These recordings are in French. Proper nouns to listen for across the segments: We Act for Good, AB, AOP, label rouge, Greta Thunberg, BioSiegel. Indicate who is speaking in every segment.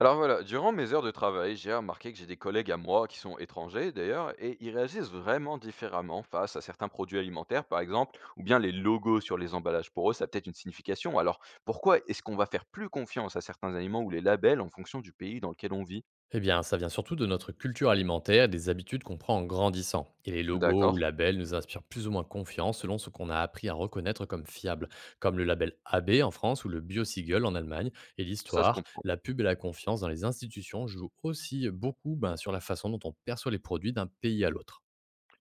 Speaker 1: Alors voilà, durant mes heures de travail, j'ai remarqué que j'ai des collègues à moi qui sont étrangers d'ailleurs, et ils réagissent vraiment différemment face à certains produits alimentaires, par exemple, ou bien les logos sur les emballages. Pour eux, ça a peut-être une signification. Alors pourquoi est-ce qu'on va faire plus confiance à certains aliments ou les labels en fonction du pays dans lequel on vit?
Speaker 2: Eh bien, ça vient surtout de notre culture alimentaire et des habitudes qu'on prend en grandissant. Et les logos
Speaker 1: D'accord,
Speaker 2: ou labels nous inspirent plus ou moins confiance selon ce qu'on a appris à reconnaître comme fiable, comme le label AB en France ou le BioSiegel en Allemagne. Et
Speaker 1: ça se
Speaker 2: l'histoire,
Speaker 1: comprend.
Speaker 2: la pub et la confiance dans les institutions jouent aussi beaucoup ben, sur la façon dont on perçoit les produits d'un pays à l'autre.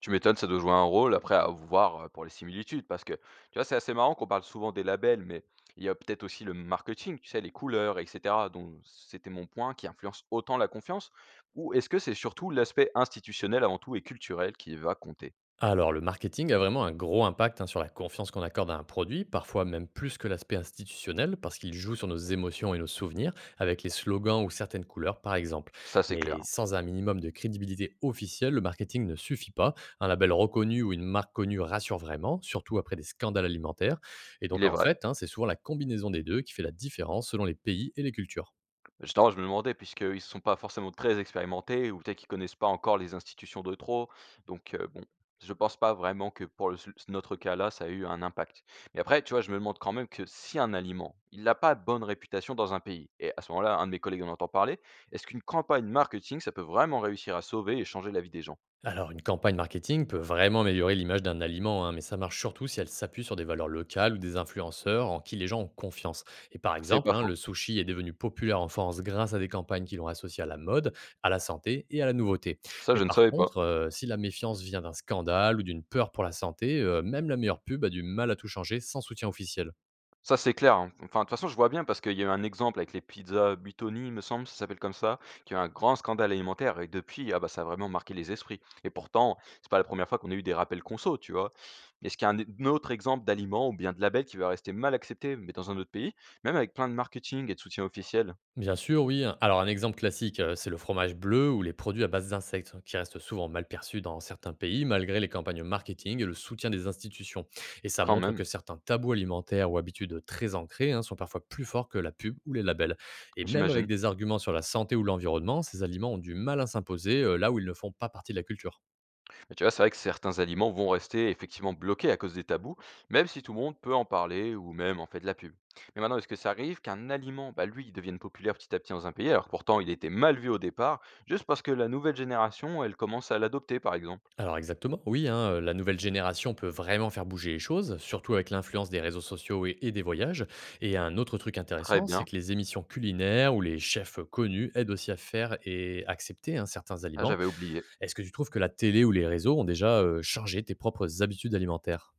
Speaker 1: Tu m'étonnes, ça doit jouer un rôle après à voir, pour les similitudes parce que, tu vois, c'est assez marrant qu'on parle souvent des labels, mais il y a peut-être aussi le marketing, tu sais, les couleurs et cetera dont c'était mon point qui influence autant la confiance? Ou est-ce que c'est surtout l'aspect institutionnel avant tout et culturel qui va compter?
Speaker 2: Alors, le marketing a vraiment un gros impact hein, sur la confiance qu'on accorde à un produit, parfois même plus que l'aspect institutionnel, parce qu'il joue sur nos émotions et nos souvenirs, avec les slogans ou certaines couleurs, par exemple.
Speaker 1: Ça, c'est clair,
Speaker 2: Mais
Speaker 1: hein,
Speaker 2: sans un minimum de crédibilité officielle, le marketing ne suffit pas. Un label reconnu ou une marque connue rassure vraiment, surtout après des scandales alimentaires. Et
Speaker 1: il
Speaker 2: donc,
Speaker 1: est
Speaker 2: en
Speaker 1: vrai.
Speaker 2: fait, hein, c'est souvent la combinaison des deux qui fait la différence selon les pays et les cultures.
Speaker 1: Justement, je me demandais puisqu'ils ne sont pas forcément très expérimentés ou peut-être qu'ils connaissent pas encore les institutions de trop, donc bon, je pense pas vraiment que pour le s notre cas là, ça a eu un impact. Mais après, tu vois, je me demande quand même que si un aliment, il n'a pas de bonne réputation dans un pays et à ce moment-là, un de mes collègues en entend parler, est-ce qu'une campagne marketing, ça peut vraiment réussir à sauver et changer la vie des gens?
Speaker 2: Alors, une campagne marketing peut vraiment améliorer l'image d'un aliment, hein, mais ça marche surtout si elle s'appuie sur des valeurs locales ou des influenceurs en qui les gens ont confiance. Et par
Speaker 1: C'est
Speaker 2: exemple,
Speaker 1: pas
Speaker 2: hein, le
Speaker 1: faux.
Speaker 2: sushi est devenu populaire en France grâce à des campagnes qui l'ont associé à la mode, à la santé et à la nouveauté.
Speaker 1: Ça,
Speaker 2: Mais
Speaker 1: je ne
Speaker 2: par
Speaker 1: savais pas.
Speaker 2: contre, si la méfiance vient d'un scandale ou d'une peur pour la santé, même la meilleure pub a du mal à tout changer sans soutien officiel.
Speaker 1: Ça, c'est clair, hein. Enfin, de toute façon, je vois bien parce qu'il y a eu un exemple avec les pizzas Buitoni, il me semble, ça s'appelle comme ça, qui a eu un grand scandale alimentaire et depuis, ah bah, ça a vraiment marqué les esprits et pourtant, c'est pas la première fois qu'on a eu des rappels conso, tu vois? Est-ce qu'il y a un autre exemple d'aliment ou bien de label qui va rester mal accepté, mais dans un autre pays, même avec plein de marketing et de soutien officiel?
Speaker 2: Bien sûr, oui. Alors un exemple classique, c'est le fromage bleu ou les produits à base d'insectes, hein, qui restent souvent mal perçus dans certains pays malgré les campagnes marketing et le soutien des institutions. Et ça
Speaker 1: Quand
Speaker 2: montre
Speaker 1: même,
Speaker 2: que certains tabous alimentaires ou habitudes très ancrées hein, sont parfois plus forts que la pub ou les labels. Et même
Speaker 1: j'imagine.
Speaker 2: avec des arguments sur la santé ou l'environnement, ces aliments ont du mal à s'imposer là où ils ne font pas partie de la culture.
Speaker 1: Mais tu vois, c'est vrai que certains aliments vont rester effectivement bloqués à cause des tabous, même si tout le monde peut en parler ou même en fait de la pub. Mais maintenant, est-ce que ça arrive qu'un aliment, bah, lui, il devienne populaire petit à petit dans un pays, alors que pourtant il était mal vu au départ, juste parce que la nouvelle génération, elle commence à l'adopter, par exemple?
Speaker 2: Alors exactement, oui, hein, la nouvelle génération peut vraiment faire bouger les choses, surtout avec l'influence des réseaux sociaux et des voyages. Et un autre truc
Speaker 1: Très
Speaker 2: intéressant, c'est
Speaker 1: bien,
Speaker 2: que les émissions culinaires ou les chefs connus aident aussi à faire et accepter hein, certains
Speaker 1: ah,
Speaker 2: aliments.
Speaker 1: j'avais oublié.
Speaker 2: Est-ce que tu trouves que la télé ou les réseaux ont déjà changé tes propres habitudes alimentaires?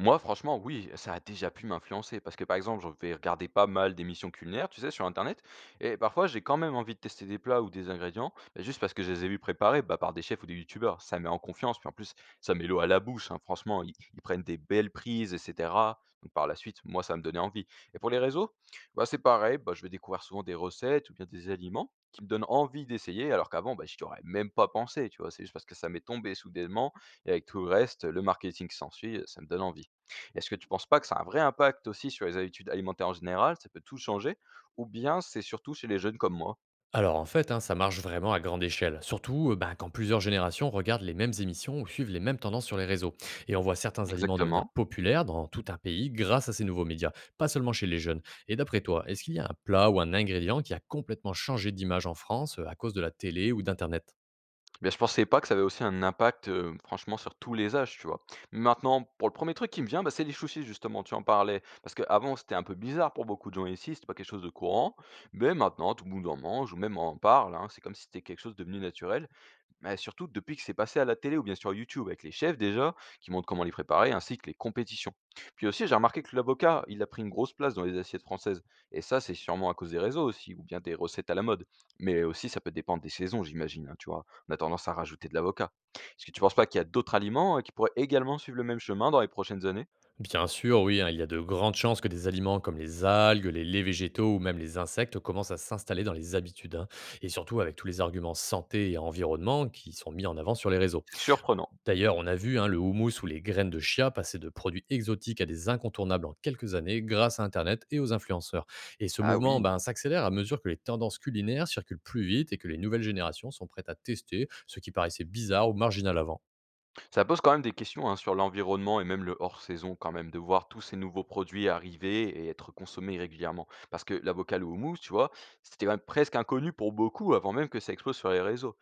Speaker 1: Moi, franchement, oui, ça a déjà pu m'influencer parce que, par exemple, je vais regarder pas mal d'émissions culinaires, tu sais, sur internet, et parfois j'ai quand même envie de tester des plats ou des ingrédients, bah, juste parce que je les ai vus préparés bah, par des chefs ou des youtubeurs. Ça met en confiance, puis en plus, ça met l'eau à la bouche, hein, franchement, ils prennent des belles prises, etc. Donc par la suite, moi, ça va me donnait envie. Et pour les réseaux, bah, c'est pareil, bah, je vais découvrir souvent des recettes ou bien des aliments qui me donnent envie d'essayer, alors qu'avant, bah, je n'y aurais même pas pensé, tu vois, c'est juste parce que ça m'est tombé soudainement, et avec tout le reste, le marketing qui s'ensuit, ça me donne envie. Est-ce que tu ne penses pas que ça a un vrai impact aussi sur les habitudes alimentaires en général? Ça peut tout changer? Ou bien c'est surtout chez les jeunes comme moi?
Speaker 2: Alors en fait, hein, ça marche vraiment à grande échelle, surtout ben, quand plusieurs générations regardent les mêmes émissions ou suivent les mêmes tendances sur les réseaux. Et on voit certains aliments devenir
Speaker 1: Exactement.
Speaker 2: populaires dans tout un pays grâce à ces nouveaux médias, pas seulement chez les jeunes. Et d'après toi, est-ce qu'il y a un plat ou un ingrédient qui a complètement changé d'image en France à cause de la télé ou d'Internet?
Speaker 1: Eh bien, je pensais pas que ça avait aussi un impact, franchement sur tous les âges, tu vois? Maintenant, pour le premier truc qui me vient, bah, c'est les chouchis justement, tu en parlais. Parce qu'avant, c'était un peu bizarre pour beaucoup de gens ici, c'était pas quelque chose de courant. Mais maintenant, tout le monde en mange ou même en parle, hein, c'est comme si c'était quelque chose de devenu naturel. Mais surtout, depuis que c'est passé à la télé ou bien sur YouTube avec les chefs déjà, qui montrent comment les préparer, ainsi que les compétitions. Puis aussi, j'ai remarqué que l'avocat, il a pris une grosse place dans les assiettes françaises. Et ça, c'est sûrement à cause des réseaux aussi, ou bien des recettes à la mode. Mais aussi, ça peut dépendre des saisons, j'imagine, hein, tu vois. On a tendance à rajouter de l'avocat. Est-ce que tu penses pas qu'il y a d'autres aliments qui pourraient également suivre le même chemin dans les prochaines années?
Speaker 2: Bien sûr, oui, hein, il y a de grandes chances que des aliments comme les algues, les laits végétaux ou même les insectes commencent à s'installer dans les habitudes, hein. Et surtout avec tous les arguments santé et environnement qui sont mis en avant sur les réseaux.
Speaker 1: C'est surprenant.
Speaker 2: D'ailleurs, on a vu hein, le houmous ou les graines de chia passer de produits exotiques à des incontournables en quelques années grâce à Internet et aux influenceurs. Et ce
Speaker 1: Ah
Speaker 2: mouvement
Speaker 1: oui,
Speaker 2: ben, s'accélère à mesure que les tendances culinaires circulent plus vite et que les nouvelles générations sont prêtes à tester ce qui paraissait bizarre ou marginal avant.
Speaker 1: ça pose quand même des questions, hein, sur l'environnement et même le hors-saison quand même, de voir tous ces nouveaux produits arriver et être consommés régulièrement. Parce que l'avocat au houmous, tu vois, c'était quand même presque inconnu pour beaucoup avant même que ça explose sur les réseaux.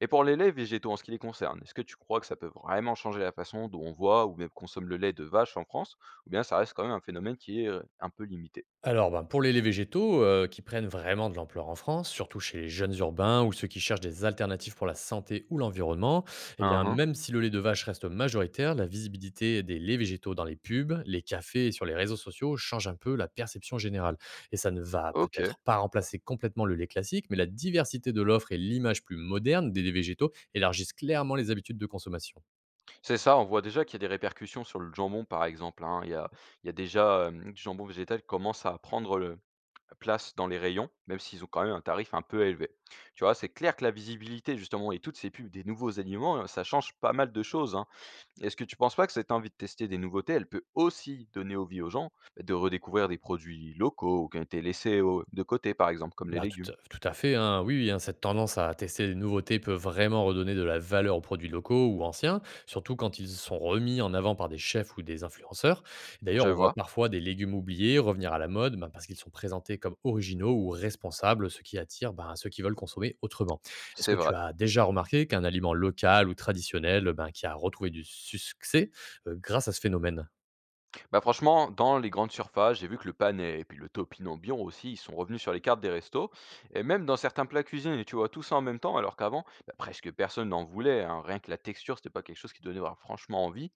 Speaker 1: Et pour les laits végétaux en ce qui les concerne, est-ce que tu crois que ça peut vraiment changer la façon dont on voit ou même consomme le lait de vache en France? Ou bien ça reste quand même un phénomène qui est un peu limité?
Speaker 2: Alors, ben, pour les laits végétaux, qui prennent vraiment de l'ampleur en France, surtout chez les jeunes urbains ou ceux qui cherchent des alternatives pour la santé ou l'environnement, eh bien,
Speaker 1: Uhum.
Speaker 2: même si le lait de vache reste majoritaire, la visibilité des laits végétaux dans les pubs, les cafés et sur les réseaux sociaux change un peu la perception générale. Et ça ne va
Speaker 1: Ok,
Speaker 2: peut-être pas remplacer complètement le lait classique, mais la diversité de l'offre et l'image plus moderne des laits végétaux élargissent clairement les habitudes de consommation.
Speaker 1: c'est ça, on voit déjà qu'il y a des répercussions sur le jambon par exemple, hein. Il y a déjà du jambon végétal qui commence à prendre place dans les rayons, même s'ils ont quand même un tarif un peu élevé. Tu vois, c'est clair que la visibilité, justement, et toutes ces pubs des nouveaux aliments, ça change pas mal de choses, hein. Est-ce que tu penses pas que cette envie de tester des nouveautés, elle peut aussi donner envie aux gens bah, de redécouvrir des produits locaux ou qui ont été laissés de côté, par exemple, comme les
Speaker 2: Bah, tout
Speaker 1: légumes?
Speaker 2: à tout à fait, hein. Oui, oui, hein, cette tendance à tester des nouveautés peut vraiment redonner de la valeur aux produits locaux ou anciens, surtout quand ils sont remis en avant par des chefs ou des influenceurs. D'ailleurs,
Speaker 1: Je
Speaker 2: on voit
Speaker 1: vois,
Speaker 2: parfois des légumes oubliés revenir à la mode bah, parce qu'ils sont présentés comme originaux ou responsables, ce qui attire bah, ceux qui veulent consommer autrement. Est-ce
Speaker 1: c'est
Speaker 2: que
Speaker 1: vrai.
Speaker 2: tu as déjà remarqué qu'un aliment local ou traditionnel bah, qui a retrouvé du succès grâce à ce phénomène?
Speaker 1: Bah franchement, dans les grandes surfaces, j'ai vu que le panais et puis le topinambion aussi, ils sont revenus sur les cartes des restos. Et même dans certains plats cuisinés, tu vois, tout ça en même temps, alors qu'avant, bah, presque personne n'en voulait, hein. Rien que la texture, c'était pas quelque chose qui donnait franchement envie.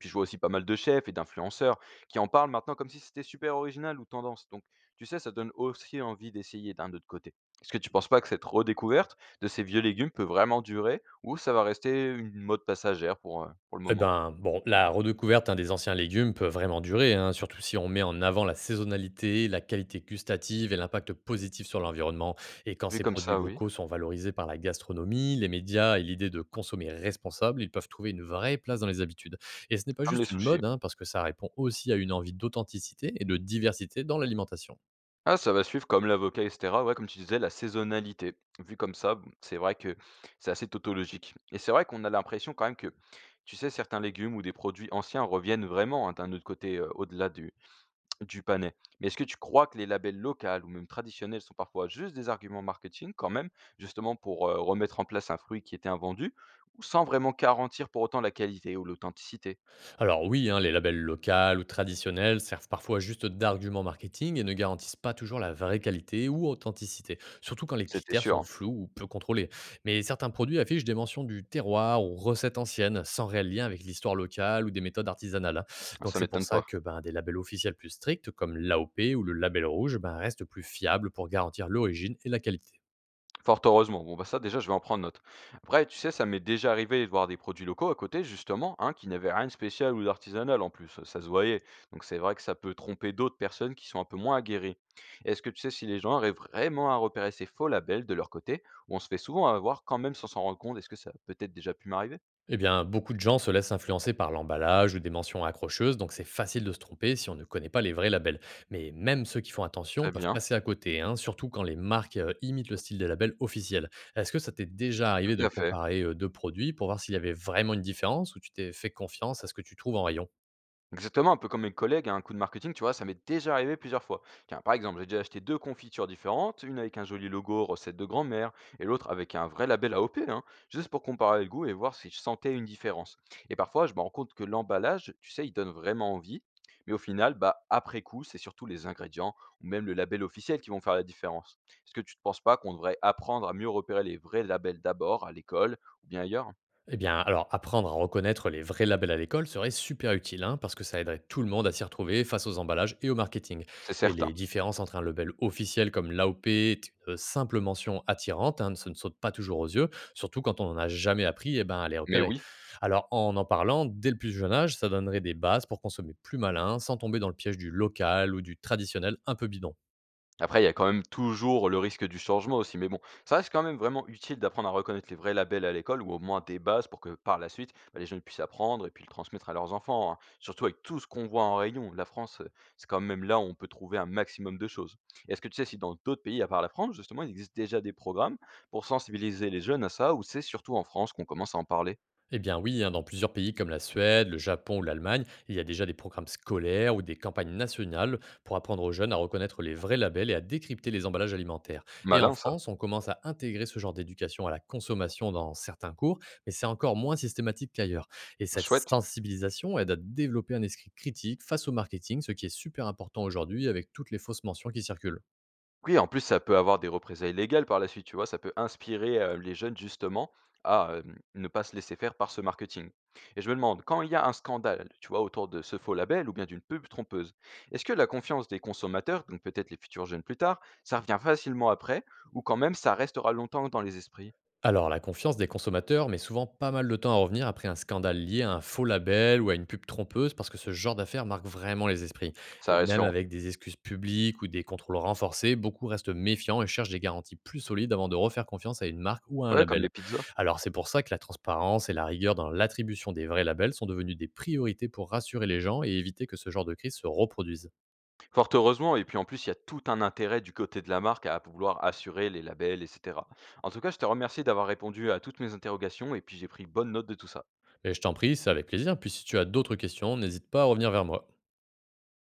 Speaker 1: Puis je vois aussi pas mal de chefs et d'influenceurs qui en parlent maintenant comme si c'était super original ou tendance. Donc, tu sais, ça donne aussi envie d'essayer d'un autre côté. Est-ce que tu penses pas que cette redécouverte de ces vieux légumes peut vraiment durer ou ça va rester une mode passagère pour le
Speaker 2: Eh
Speaker 1: moment?
Speaker 2: ben, bon, la redécouverte hein, des anciens légumes peut vraiment durer, hein, surtout si on met en avant la saisonnalité, la qualité gustative et l'impact positif sur l'environnement. Et quand
Speaker 1: Vu
Speaker 2: ces
Speaker 1: comme
Speaker 2: produits
Speaker 1: ça, oui.
Speaker 2: locaux sont valorisés par la gastronomie, les médias et l'idée de consommer responsable, ils peuvent trouver une vraie place dans les habitudes. Et ce n'est pas
Speaker 1: Comme les
Speaker 2: juste une
Speaker 1: sushis.
Speaker 2: mode, hein, parce que ça répond aussi à une envie d'authenticité et de diversité dans l'alimentation.
Speaker 1: Ah, ça va suivre comme l'avocat et cetera, ouais, comme tu disais, la saisonnalité. Vu comme ça, bon, c'est vrai que c'est assez tautologique et c'est vrai qu'on a l'impression quand même que, tu sais, certains légumes ou des produits anciens reviennent vraiment, hein, d'un autre côté, au-delà du panais. Mais est-ce que tu crois que les labels locaux ou même traditionnels sont parfois juste des arguments marketing quand même, justement pour, remettre en place un fruit qui était invendu, ou sans vraiment garantir pour autant la qualité ou l'authenticité?
Speaker 2: Alors oui, hein, les labels locaux ou traditionnels servent parfois juste d'arguments marketing et ne garantissent pas toujours la vraie qualité ou authenticité, surtout quand les
Speaker 1: C'était
Speaker 2: critères
Speaker 1: sûr,
Speaker 2: sont
Speaker 1: hein.
Speaker 2: flous ou peu contrôlés. Mais certains produits affichent des mentions du terroir ou recettes anciennes, sans réel lien avec l'histoire locale ou des méthodes artisanales, hein.
Speaker 1: Ah,
Speaker 2: Donc
Speaker 1: ça
Speaker 2: c'est pour
Speaker 1: m'étonne pas.
Speaker 2: ça que ben, des labels officiels plus stricts, comme l'AOP ou le label rouge, ben, restent plus fiables pour garantir l'origine et la qualité.
Speaker 1: Fort heureusement. Bon, bah, ça, déjà, je vais en prendre note. Après, tu sais, ça m'est déjà arrivé de voir des produits locaux à côté, justement, hein, qui n'avaient rien de spécial ou d'artisanal en plus. Ça se voyait. Donc, c'est vrai que ça peut tromper d'autres personnes qui sont un peu moins aguerries. Est-ce que tu sais si les gens arrivent vraiment à repérer ces faux labels de leur côté, ou on se fait souvent avoir quand même sans s'en rendre compte? Est-ce que ça a peut-être déjà pu m'arriver?
Speaker 2: Eh bien, beaucoup de gens se laissent influencer par l'emballage ou des mentions accrocheuses, donc c'est facile de se tromper si on ne connaît pas les vrais labels. Mais même ceux qui font
Speaker 1: Très
Speaker 2: attention peuvent
Speaker 1: bien.
Speaker 2: passer à côté, hein, surtout quand les marques imitent le style des labels officiels. Est-ce que ça t'est déjà arrivé
Speaker 1: Tout
Speaker 2: de
Speaker 1: à fait.
Speaker 2: comparer deux produits pour voir s'il y avait vraiment une différence ou tu t'es fait confiance à ce que tu trouves en rayon?
Speaker 1: Exactement, un peu comme mes collègues, un coup de marketing, tu vois, ça m'est déjà arrivé plusieurs fois. Tiens, par exemple, j'ai déjà acheté deux confitures différentes, une avec un joli logo recette de grand-mère et l'autre avec un vrai label AOP, hein, juste pour comparer le goût et voir si je sentais une différence. Et parfois, je me rends compte que l'emballage, tu sais, il donne vraiment envie, mais au final, bah, après coup, c'est surtout les ingrédients ou même le label officiel qui vont faire la différence. Est-ce que tu ne penses pas qu'on devrait apprendre à mieux repérer les vrais labels d'abord à l'école ou bien ailleurs?
Speaker 2: Eh bien, alors apprendre à reconnaître les vrais labels à l'école serait super utile, hein, parce que ça aiderait tout le monde à s'y retrouver face aux emballages et au marketing.
Speaker 1: C'est
Speaker 2: Et
Speaker 1: certain.
Speaker 2: les différences entre un label officiel comme l'AOP et une simple mention attirante, hein, ça ne saute pas toujours aux yeux, surtout quand on n'en a jamais appris eh ben, à les
Speaker 1: Mais
Speaker 2: repérer.
Speaker 1: oui,
Speaker 2: Alors en parlant, dès le plus jeune âge, ça donnerait des bases pour consommer plus malin, sans tomber dans le piège du local ou du traditionnel un peu bidon.
Speaker 1: après, il y a quand même toujours le risque du changement aussi, mais bon, ça reste quand même vraiment utile d'apprendre à reconnaître les vrais labels à l'école ou au moins des bases pour que par la suite, bah, les jeunes puissent apprendre et puis le transmettre à leurs enfants, hein. Surtout avec tout ce qu'on voit en rayon. La France, c'est quand même là où on peut trouver un maximum de choses. Et est-ce que tu sais si dans d'autres pays, à part la France, justement, il existe déjà des programmes pour sensibiliser les jeunes à ça ou c'est surtout en France qu'on commence à en parler?
Speaker 2: Eh bien oui, hein, dans plusieurs pays comme la Suède, le Japon ou l'Allemagne, il y a déjà des programmes scolaires ou des campagnes nationales pour apprendre aux jeunes à reconnaître les vrais labels et à décrypter les emballages alimentaires. Et en
Speaker 1: Malin, ça.
Speaker 2: France, on commence à intégrer ce genre d'éducation à la consommation dans certains cours, mais c'est encore moins systématique qu'ailleurs. Et cette
Speaker 1: Chouette.
Speaker 2: sensibilisation aide à développer un esprit critique face au marketing, ce qui est super important aujourd'hui avec toutes les fausses mentions qui circulent.
Speaker 1: Oui, en plus, ça peut avoir des représailles légales par la suite, tu vois? Ça peut inspirer, les jeunes justement à, ne pas se laisser faire par ce marketing et je me demande, quand il y a un scandale, tu vois, autour de ce faux label ou bien d'une pub trompeuse, est-ce que la confiance des consommateurs, donc peut-être les futurs jeunes plus tard, ça revient facilement après ou quand même ça restera longtemps dans les esprits?
Speaker 2: Alors, la confiance des consommateurs met souvent pas mal de temps à revenir après un scandale lié à un faux label ou à une pub trompeuse parce que ce genre d'affaires marque vraiment les esprits.
Speaker 1: Ça
Speaker 2: Et même
Speaker 1: rassurant.
Speaker 2: avec des excuses publiques ou des contrôles renforcés, beaucoup restent méfiants et cherchent des garanties plus solides avant de refaire confiance à une marque ou à un
Speaker 1: Ouais, comme
Speaker 2: label.
Speaker 1: les pizzas.
Speaker 2: Alors, c'est pour ça que la transparence et la rigueur dans l'attribution des vrais labels sont devenues des priorités pour rassurer les gens et éviter que ce genre de crise se reproduise.
Speaker 1: Fort heureusement et puis en plus, il y a tout un intérêt du côté de la marque à vouloir assurer les labels et cetera. En tout cas, je te remercie d'avoir répondu à toutes mes interrogations et puis j'ai pris bonne note de tout ça.
Speaker 2: Mais je t'en prie, c'est avec plaisir. Puis si tu as d'autres questions, n'hésite pas à revenir vers moi.